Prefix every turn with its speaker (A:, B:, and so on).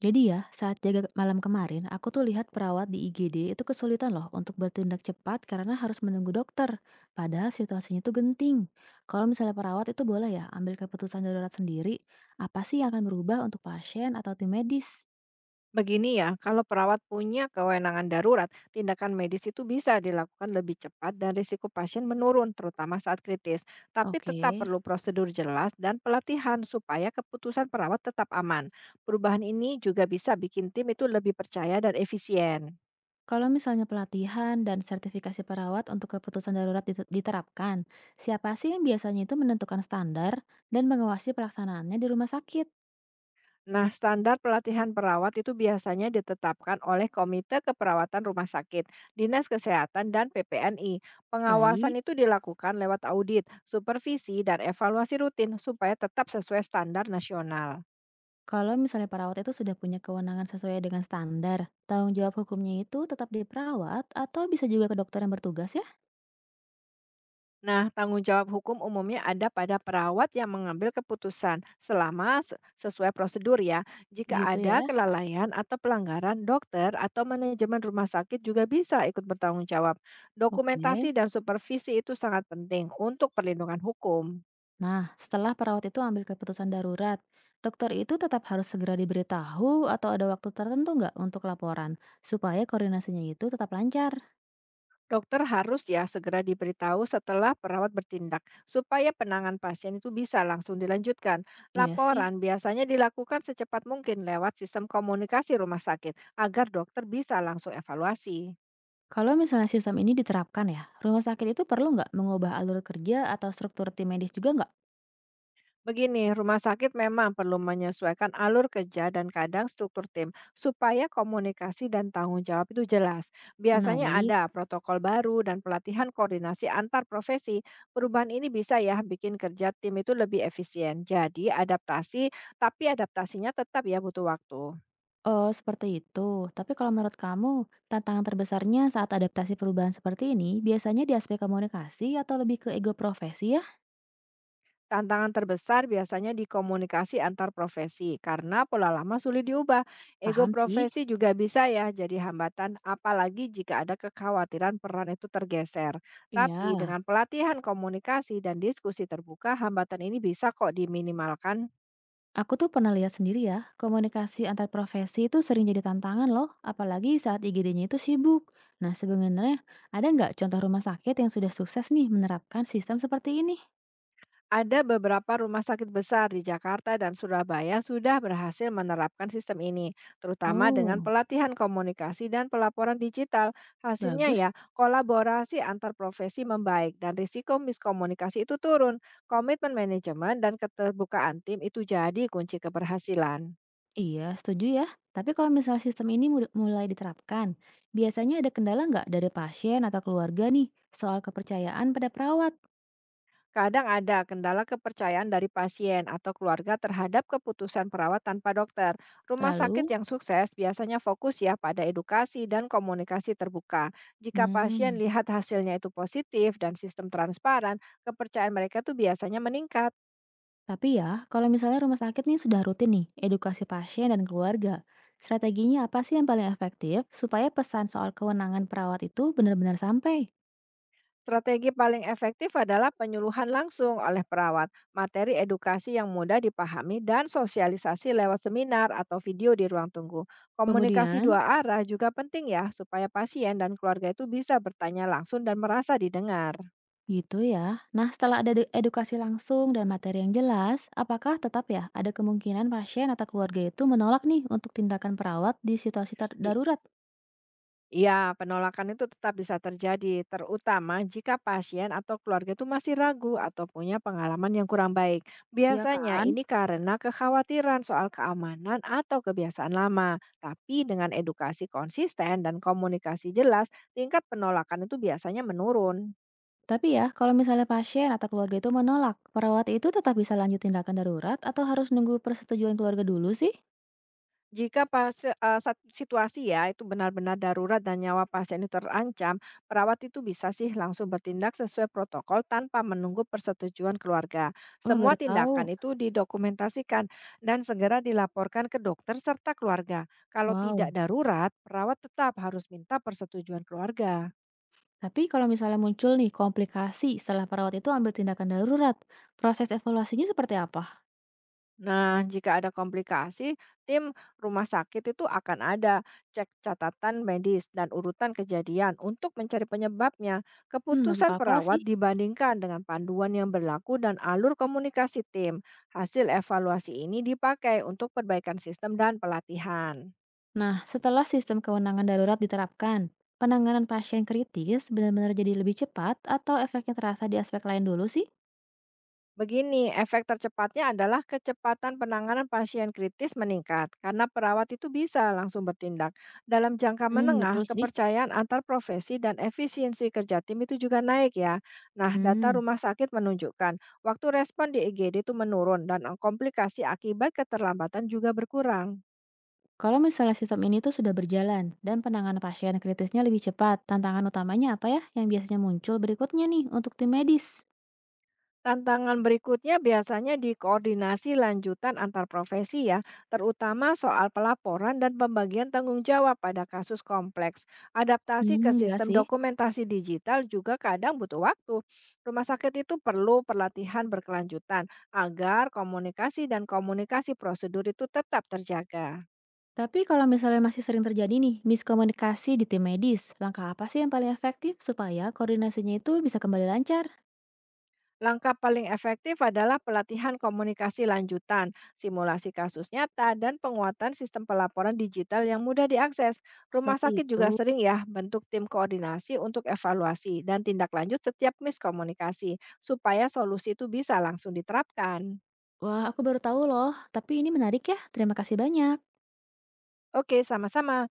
A: Jadi ya, saat jaga malam kemarin, aku tuh lihat perawat di IGD itu kesulitan loh untuk bertindak cepat karena harus menunggu dokter. Padahal situasinya tuh genting. Kalau misalnya perawat itu boleh ya ambil keputusan darurat sendiri, apa sih yang akan berubah untuk pasien atau tim medis?
B: Begini ya, kalau perawat punya kewenangan darurat, tindakan medis itu bisa dilakukan lebih cepat dan risiko pasien menurun, terutama saat kritis. Tapi
A: Oke.
B: tetap perlu prosedur jelas dan pelatihan supaya keputusan perawat tetap aman. Perubahan ini juga bisa bikin tim itu lebih percaya dan efisien.
A: Kalau misalnya pelatihan dan sertifikasi perawat untuk keputusan darurat diterapkan, siapa sih yang biasanya itu menentukan standar dan mengawasi pelaksanaannya di rumah sakit?
B: Nah, standar pelatihan perawat itu biasanya ditetapkan oleh Komite Keperawatan Rumah Sakit, Dinas Kesehatan, dan PPNI. Pengawasan
A: Baik.
B: itu dilakukan lewat audit, supervisi, dan evaluasi rutin supaya tetap sesuai standar nasional.
A: Kalau misalnya perawat itu sudah punya kewenangan sesuai dengan standar, tanggung jawab hukumnya itu tetap di perawat atau bisa juga ke dokter yang bertugas ya?
B: Nah, tanggung jawab hukum umumnya ada pada perawat yang mengambil keputusan selama sesuai prosedur ya. Jika
A: Gitu
B: ada
A: ya.
B: kelalaian atau pelanggaran, dokter atau manajemen rumah sakit juga bisa ikut bertanggung jawab.
A: Oke.
B: Dokumentasi dan supervisi itu sangat penting untuk perlindungan hukum.
A: Nah, setelah perawat itu ambil keputusan darurat, dokter itu tetap harus segera diberitahu atau ada waktu tertentu nggak untuk laporan, supaya koordinasinya itu tetap lancar.
B: Dokter harus ya segera diberitahu setelah perawat bertindak, supaya penanganan pasien itu bisa langsung dilanjutkan.
A: Iya sih.
B: Laporan biasanya dilakukan secepat mungkin lewat sistem komunikasi rumah sakit, agar dokter bisa langsung evaluasi.
A: Kalau misalnya sistem ini diterapkan ya, rumah sakit itu perlu nggak mengubah alur kerja atau struktur tim medis juga nggak?
B: Begini, rumah sakit memang perlu menyesuaikan alur kerja dan kadang struktur tim supaya komunikasi dan tanggung jawab itu jelas. Biasanya
A: Menarik.
B: ada protokol baru dan pelatihan koordinasi antar profesi. Perubahan ini bisa ya bikin kerja tim itu lebih efisien. Jadi adaptasi, tapi adaptasinya tetap ya butuh waktu.
A: Oh, seperti itu. Tapi kalau menurut kamu, tantangan terbesarnya saat adaptasi perubahan seperti ini biasanya di aspek komunikasi atau lebih ke ego profesi ya?
B: Tantangan terbesar biasanya di komunikasi antar profesi karena pola lama sulit diubah. Ego
A: Paham sih?
B: profesi juga bisa ya jadi hambatan apalagi jika ada kekhawatiran peran itu tergeser. Tapi dengan
A: Iya.
B: pelatihan komunikasi dan diskusi terbuka, hambatan ini bisa kok diminimalkan.
A: Aku tuh pernah lihat sendiri ya, komunikasi antar profesi itu sering jadi tantangan loh, apalagi saat IGD-nya itu sibuk. Nah, sebenarnya ada nggak contoh rumah sakit yang sudah sukses nih menerapkan sistem seperti ini?
B: Ada beberapa rumah sakit besar di Jakarta dan Surabaya sudah berhasil menerapkan sistem ini, terutama dengan
A: Oh,
B: pelatihan komunikasi dan pelaporan digital. Hasilnya
A: bagus.
B: ya, kolaborasi antar profesi membaik dan risiko miskomunikasi itu turun. Komitmen manajemen dan keterbukaan tim itu jadi kunci keberhasilan.
A: Iya, setuju ya. Tapi kalau misalnya sistem ini mulai diterapkan, biasanya ada kendala nggak dari pasien atau keluarga nih soal kepercayaan pada perawat?
B: Kadang ada kendala kepercayaan dari pasien atau keluarga terhadap keputusan perawat tanpa dokter. Rumah sakit
A: Lalu,
B: yang sukses biasanya fokus ya pada edukasi dan komunikasi terbuka. Jika pasien
A: hmm,
B: lihat hasilnya itu positif dan sistem transparan, kepercayaan mereka tuh biasanya meningkat.
A: tapi ya, kalau misalnya rumah sakit nih sudah rutin nih edukasi pasien dan keluarga, strateginya apa sih yang paling efektif supaya pesan soal kewenangan perawat itu benar-benar sampai?
B: Strategi paling efektif adalah penyuluhan langsung oleh perawat, materi edukasi yang mudah dipahami, dan sosialisasi lewat seminar atau video di ruang tunggu. Komunikasi
A: Kemudian,
B: dua arah juga penting ya, supaya pasien dan keluarga itu bisa bertanya langsung dan merasa didengar.
A: gitu ya. Nah, setelah ada edukasi langsung dan materi yang jelas, apakah tetap ya ada kemungkinan pasien atau keluarga itu menolak nih untuk tindakan perawat di situasi darurat?
B: Iya, penolakan itu tetap bisa terjadi, terutama jika pasien atau keluarga itu masih ragu atau punya pengalaman yang kurang baik.
A: Ya
B: Biasanya
A: kan?
B: ini karena kekhawatiran soal keamanan atau kebiasaan lama. Tapi dengan edukasi konsisten dan komunikasi jelas, tingkat penolakan itu biasanya menurun.
A: Tapi ya, kalau misalnya pasien atau keluarga itu menolak, perawat itu tetap bisa lanjut tindakan darurat atau harus nunggu persetujuan keluarga dulu sih?
B: Jika pas eee, sat situasi ya, itu benar-benar darurat dan nyawa pasien itu terancam, perawat itu bisa sih langsung bertindak sesuai protokol tanpa menunggu persetujuan keluarga.
A: Wah,
B: Semua
A: baru tahu.
B: tindakan itu didokumentasikan dan segera dilaporkan ke dokter serta keluarga. Kalau tidak
A: Wow.
B: darurat, perawat tetap harus minta persetujuan keluarga.
A: Tapi kalau misalnya muncul nih komplikasi setelah perawat itu ambil tindakan darurat, proses evaluasinya seperti apa?
B: Nah, jika ada komplikasi, tim rumah sakit itu akan ada cek catatan medis dan urutan kejadian untuk mencari penyebabnya.
A: Hmm, masuk
B: Keputusan
A: akal
B: perawat
A: sih.
B: dibandingkan dengan panduan yang berlaku dan alur komunikasi tim. Hasil evaluasi ini dipakai untuk perbaikan sistem dan pelatihan.
A: Nah, setelah sistem kewenangan darurat diterapkan, penanganan pasien kritis benar-benar jadi lebih cepat atau efeknya terasa di aspek lain dulu sih?
B: Begini, efek tercepatnya adalah kecepatan penanganan pasien kritis meningkat karena perawat itu bisa langsung bertindak. Dalam jangka
A: Hmm,
B: menengah,
A: betul sih.
B: kepercayaan antar profesi dan efisiensi kerja tim itu juga naik ya. Nah, data
A: Hmm,
B: rumah sakit menunjukkan waktu respon di IGD itu menurun dan komplikasi akibat keterlambatan juga berkurang.
A: kalau misalnya sistem ini tuh sudah berjalan dan penanganan pasien kritisnya lebih cepat, tantangan utamanya apa ya yang biasanya muncul berikutnya nih untuk tim medis?
B: Tantangan berikutnya biasanya di koordinasi lanjutan antar profesi ya, terutama soal pelaporan dan pembagian tanggung jawab pada kasus kompleks. Adaptasi ke
A: Hmm, jelas
B: sistem
A: sih.
B: dokumentasi digital juga kadang butuh waktu. Rumah sakit itu perlu pelatihan berkelanjutan agar komunikasi dan komunikasi prosedur itu tetap terjaga.
A: Tapi kalau misalnya masih sering terjadi nih miskomunikasi di tim medis, langkah apa sih yang paling efektif supaya koordinasinya itu bisa kembali lancar?
B: Langkah paling efektif adalah pelatihan komunikasi lanjutan, simulasi kasus nyata, dan penguatan sistem pelaporan digital yang mudah diakses. Rumah
A: Seperti
B: sakit
A: itu.
B: juga sering ya bentuk tim koordinasi untuk evaluasi dan tindak lanjut setiap miskomunikasi, supaya solusi itu bisa langsung diterapkan.
A: Wah, aku baru tahu loh. Tapi ini menarik ya. Terima kasih banyak.
B: Oke, sama-sama.